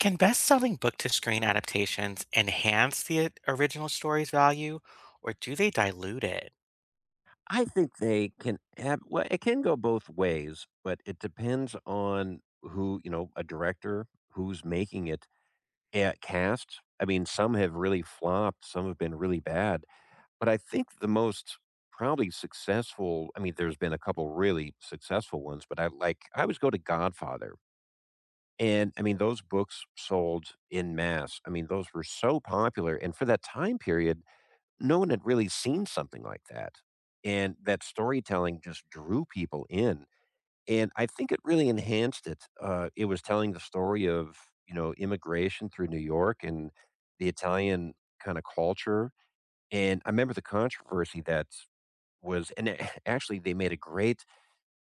Can best-selling book-to-screen adaptations enhance the original story's value, or do they dilute it? I think they can have well, it can go both ways, but it depends on who a director who's making it at cast. I mean, some have really flopped, some have been really bad, but I think the most probably successful, I mean, there's been a couple really successful ones, but I always go to Godfather. And I mean, those books sold in mass. I mean, those were so popular. And for that time period, no one had really seen something like that. And that storytelling just drew people in. And I think it really enhanced it. It was telling the story of, you know, immigration through New York and the Italian kind of culture. And I remember the controversy that was, and actually, they made a great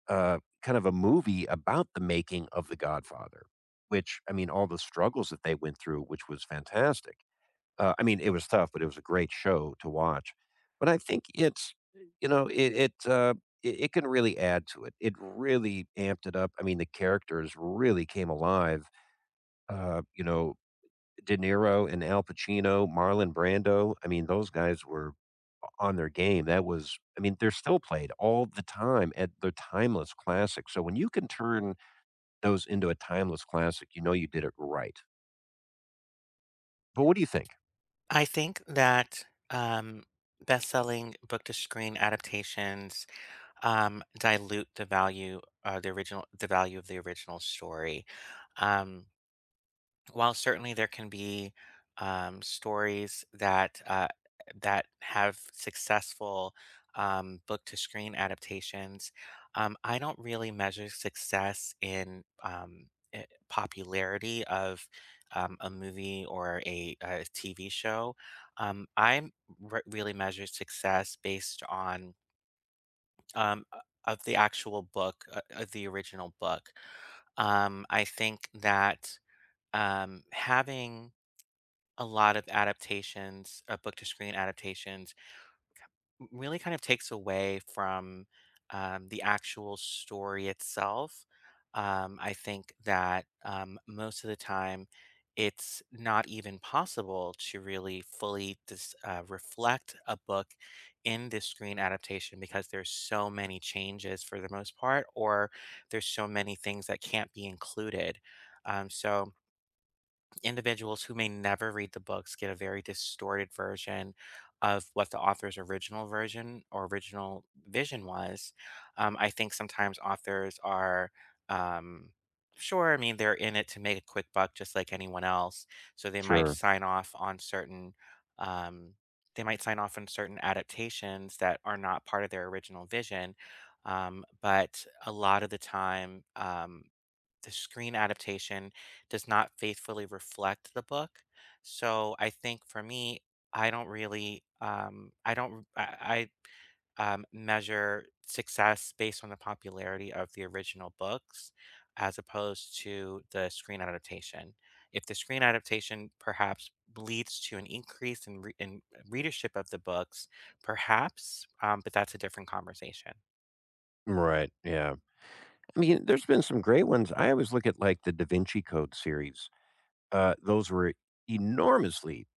kind of a movie about the making of The Godfather, which, I mean, all the struggles that they went through, which was fantastic. I mean, it was tough, but it was a great show to watch. But I think it's, you know, it, it it can really add to it. It really amped it up. I mean, the characters really came alive. You know, De Niro and Al Pacino, Marlon Brando. I mean, those guys were on their game. That was, I mean, they're still played all the time at the timeless classic. So when you can turn those into a timeless classic, you know you did it right. But what do you think? I think that best-selling book-to-screen adaptations dilute the value, the value of the original story. Um, while certainly there can be stories that that have successful book to screen adaptations, I don't really measure success in popularity of a movie or a, TV show. I really measure success based on um, uh, of the actual book, of the original book. I think that having a lot of adaptations, book to screen adaptations, really kind of takes away from the actual story itself. I think that most of the time, it's not even possible to really fully reflect a book in this screen adaptation because there's so many changes for the most part, or there's so many things that can't be included. So, individuals who may never read the books get a very distorted version of what the author's original version or original vision was. I think sometimes authors are, um, sure, I mean, they're in it to make a quick buck just like anyone else. So they might Sure. sign off on certain. Um, they might sign off on certain adaptations that are not part of their original vision. But a lot of the time, the screen adaptation does not faithfully reflect the book. So I think for me, I don't really, I don't, I measure success based on the popularity of the original books as opposed to the screen adaptation. If the screen adaptation perhaps leads to an increase in readership of the books, perhaps, but that's a different conversation. Right. Yeah. I mean, there's been some great ones. I always look at like the Da Vinci Code series. Those were enormously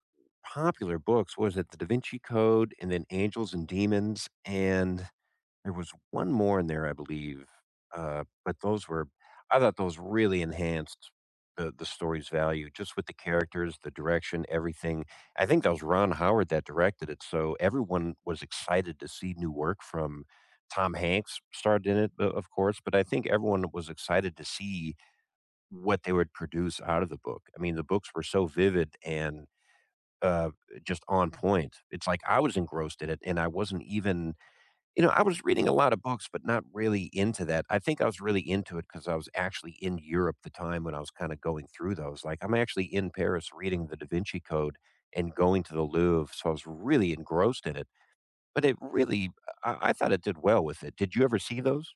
popular books. What was it? The Da Vinci Code and then Angels and Demons. And there was one more in there, I believe, but those were I thought those really enhanced the story's value just with the characters, the direction, everything. I think that was Ron Howard that directed it, so everyone was excited to see new work from Tom Hanks starred in it, o of course, but I think everyone was excited to see what they would produce out of the book. I mean, the books were so vivid and, uh, just on point. It's like I was engrossed in it, and I wasn't even you know, I was reading a lot of books, but not really into that. I think I was really into it because I was actually in Europe the time when I was kind of going through those. Like, I'm actually in Paris reading the Da Vinci Code and going to the Louvre. So I was really engrossed in it. But it really, I thought it did well with it. Did you ever see those?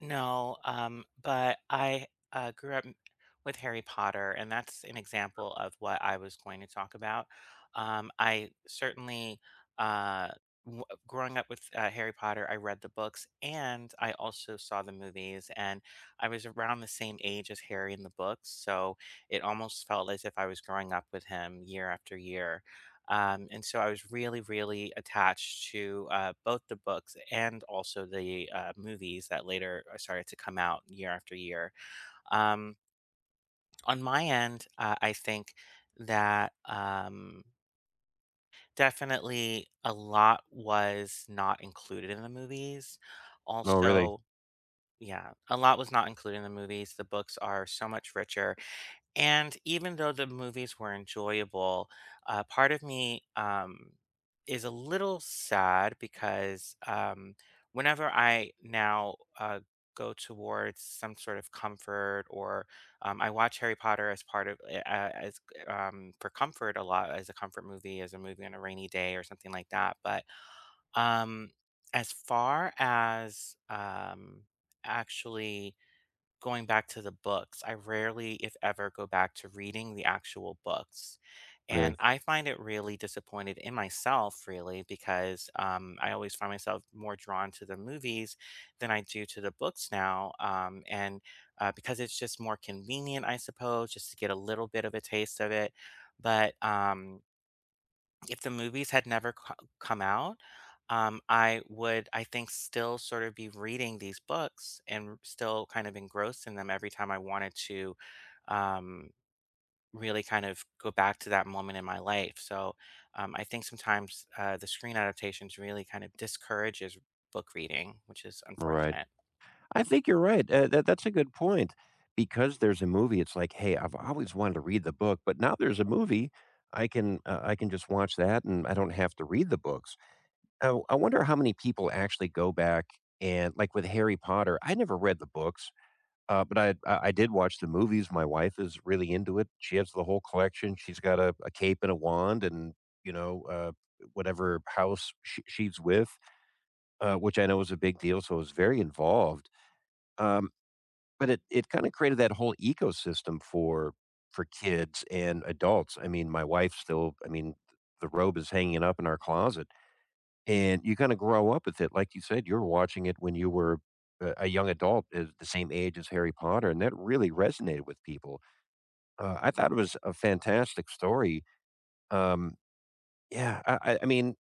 No, but I grew up with Harry Potter, and that's an example of what I was going to talk about. I certainly, uh, w growing up with Harry Potter, I read the books and I also saw the movies, and I was around the same age as Harry in the books, so it almost felt as if I was growing up with him year after year. And so I was really, really attached to both the books and also the movies that later started to come out year after year. Um, on my end, I think that definitely a lot was not included in the movies. Oh, really? Also, yeah, a lot was not included in the movies. The books are so much richer. And even though the movies were enjoyable, part of me is a little sad because whenever I now go towards some sort of comfort, or I watch Harry Potter as part of eh, as for comfort a lot, as a comfort movie, as a movie on a rainy day or something like that. But um, as far as actually going back to the books. I rarely, if ever, go back to reading the actual books. Really? And I find it really disappointed in myself, really, because I always find myself more drawn to the movies than I do to the books now. And because it's just more convenient, I suppose, just to get a little bit of a taste of it. But if the movies had never co come out, I would, I think, still sort of be reading these books and still kind of engrossed in them every time I wanted to um, really kind of go back to that moment in my life. So I think sometimes the screen adaptations really kind of discourages book reading, which is All right. unfortunate. I think you're right. That's a good point. Because there's a movie, it's like, hey, I've always wanted to read the book, but now there's a movie. I can just watch that, and I don't have to read the book. Oh, I wonder how many people actually go back and like with Harry Potter, I never read the books, but I did watch the movies. My wife is really into it. She has the whole collection. She's got a cape and a wand and, you know, uh, whatever house she's with, which I know is a big deal. So I was very involved. Um, but it kind of created that whole ecosystem for kids and adults. I mean, my wife still, I mean, the robe is hanging up in our closet and you kinda grow up with it, like you said, you're watching it when you were a young adult, the same age as Harry Potter, and that really resonated with people. I thought it was a fantastic story. Um, yeah, I mean,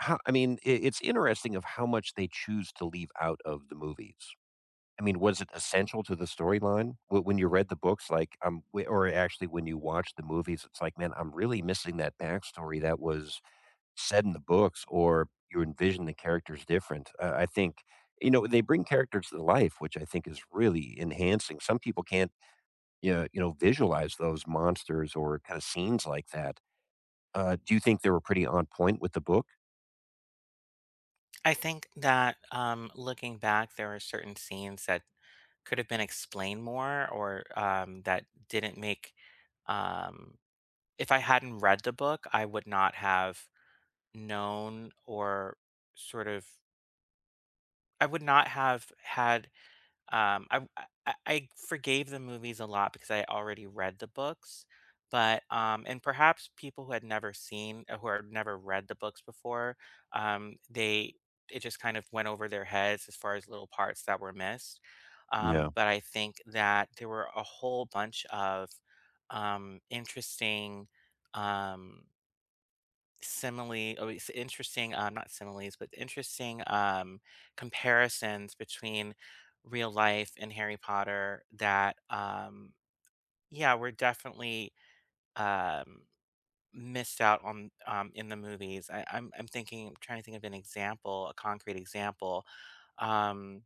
how I mean, I it's interesting of how much they choose to leave out of the movies. I mean, was it essential to the storyline? Wh When you read the books, like, w or actually when you watch the movies, it's like, "Man, I'm really missing that backstory that was said in the books or you envision the characters different. I think you know they bring characters to life, which I think is really enhancing. Some people can't you know visualize those monsters or kind of scenes like that. Do you think they were pretty on point with the book? I think that looking back, there were certain scenes that could have been explained more or that didn't make. Um, If I hadn't read the book, I would not have known or sort of I would not have had I forgave the movies a lot because I already read the books. But and perhaps people who had never seen who had never read the books before, they it just kind of went over their heads as far as little parts that were missed. Yeah, But I think that there were a whole bunch of interesting um simile oh it's interesting, not similes, but interesting comparisons between real life and Harry Potter that yeah, we're definitely um missed out on in the movies. I'm trying to think of an example, a concrete example. um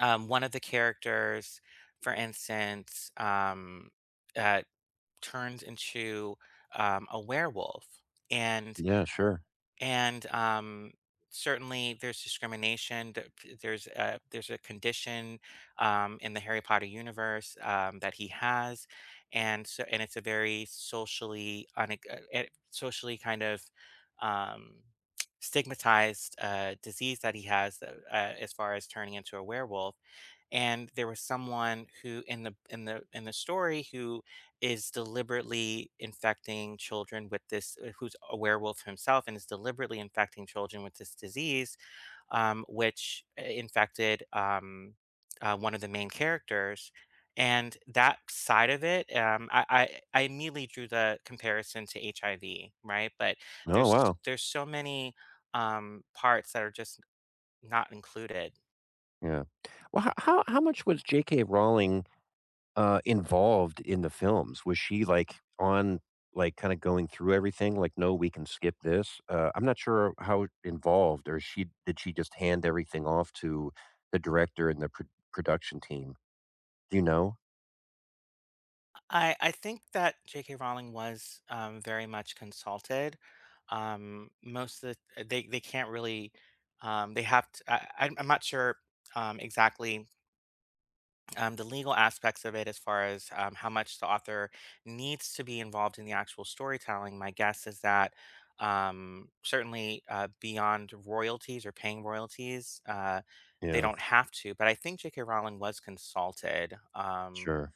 One of the characters, for instance, uh turns into a werewolf. and yeah, sure. And, um, certainly there's discrimination. There's a condition in the Harry Potter universe that he has, and so and it's a very socially kind of um, stigmatized disease that he has as far as turning into a werewolf, and there was someone who in the story who is deliberately infecting children with this who's a werewolf himself and is deliberately infecting children with this disease, which infected one of the main characters, and that side of it I immediately drew the comparison to HIV, right, but Oh wow, there's so many parts that are just not included. yeah. Well, how much was J.K. Rowling involved in the films? Was she like on, like kind of going through everything? Like, no, we can skip this. I'm not sure how involved, or she did she just hand everything off to the director and the production team? Do you know? I think that J.K. Rowling was, very much consulted. Most of the they can't really, they have to I'm not sure, exactly, the legal aspects of it as far as, how much the author needs to be involved in the actual storytelling. My guess is that, certainly, beyond royalties or paying royalties, they Yeah, don't have to, but I think J.K. Rowling was consulted, sure,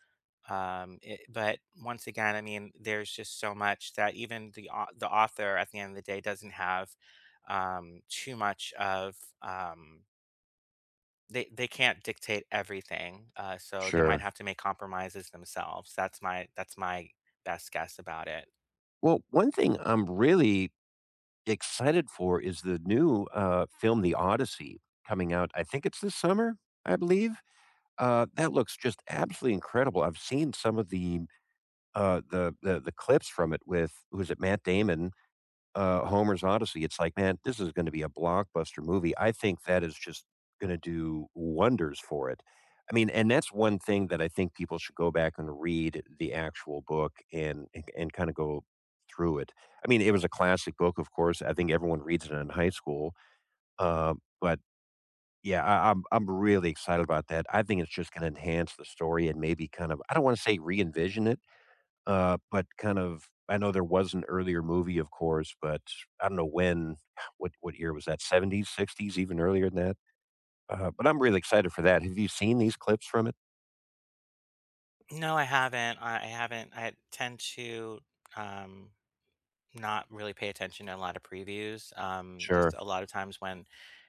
it, but once again, I mean, there's just so much that even the author at the end of the day doesn't have too much of um they can't dictate everything, so they might sure. have to make compromises themselves. That's my best guess about it. Well, one thing I'm really excited for is the new film, The Odyssey, coming out. I think it's this summer, I believe. That looks just absolutely incredible. I've seen some of the the clips from it with who's it Matt Damon, Homer's Odyssey. It's like, man, this is going to be a blockbuster movie. I think that is just going to do wonders for it. I mean, and that's one thing that I think people should go back and read the actual book and kind of go through it. I mean, it was a classic book, of course. I think everyone reads it in high school, uh, but yeah, I'm really excited about that. I think it's just going to enhance the story and maybe kind of I don't want to say re envision it but kind of I know there was an earlier movie, of course, but I don't know when what year was that? 70's, 60's, even earlier than that? But I'm really excited for that. Have you seen these clips from it? No, I haven't. I tend to um not really pay attention to a lot of previews, just Sure. a lot of times when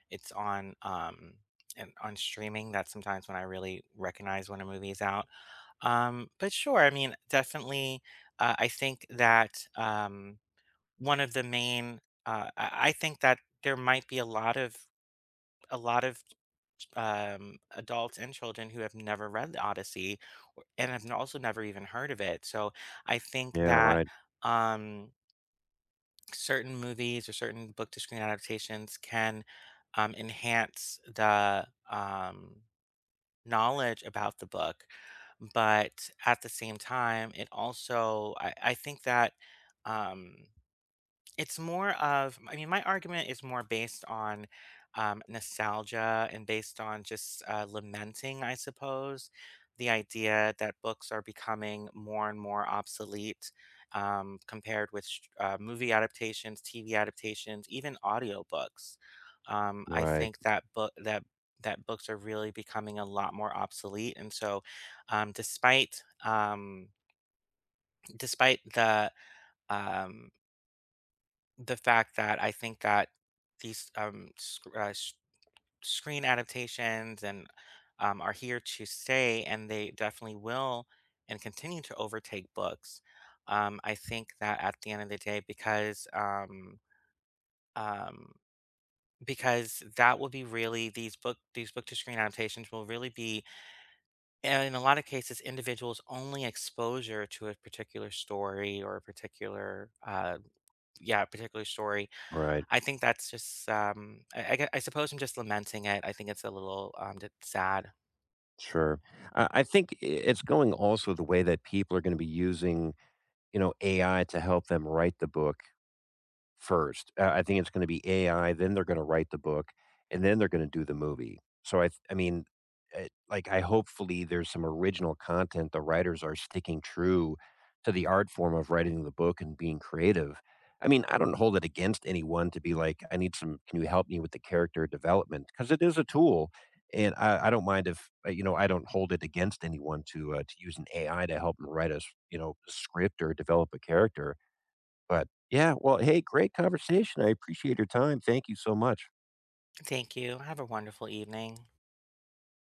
it's on, and on streaming, that's sometimes when I really recognize when a movie's out. But sure, I mean, definitely, I think that one of the main I think that there might be a lot of adults and children who have never read the Odyssey and have also never even heard of it. So I think Yeah, that right. um, certain movies or certain book to screen adaptations can enhance the knowledge about the book. But at the same time, it also, I think that. Um, it's more of, I mean, my argument is more based on, nostalgia and based on just, lamenting, I suppose, the idea that books are becoming more and more obsolete, compared with sh movie adaptations, TV adaptations, even audiobooks. I Right. think that book that that books are really becoming a lot more obsolete, and so, um, despite, um despite um the fact that I think that these, sc sh screen adaptations and, are here to stay, and they definitely will and continue to overtake books. I think that at the end of the day, um, because that will be really these book to screen adaptations will really be, in a lot of cases, individuals' only exposure to a particular story or a particular, yeah, particular story. Right. I think that's just, I suppose I'm just lamenting it. I think it's a little sad. Sure. I think I it's going also the way that people are gonna be using, you know, AI to help them write the book. First, I think it's gonna be AI, then they're gonna write the book, and then they're gonna do the movie. So I mean, I hopefully there's some original content, the writers are sticking true to the art form of writing the book and being creative. I mean, I don't hold it against anyone to be like, "I need some can you help me with the character development? Because it is a tool, and I don't mind if, you know, I don't hold it against anyone to use an AI to help them write a s you know, script or develop a character. But yeah, well, hey, great conversation. I appreciate your time. Thank you so much. Thank you. Have a wonderful evening.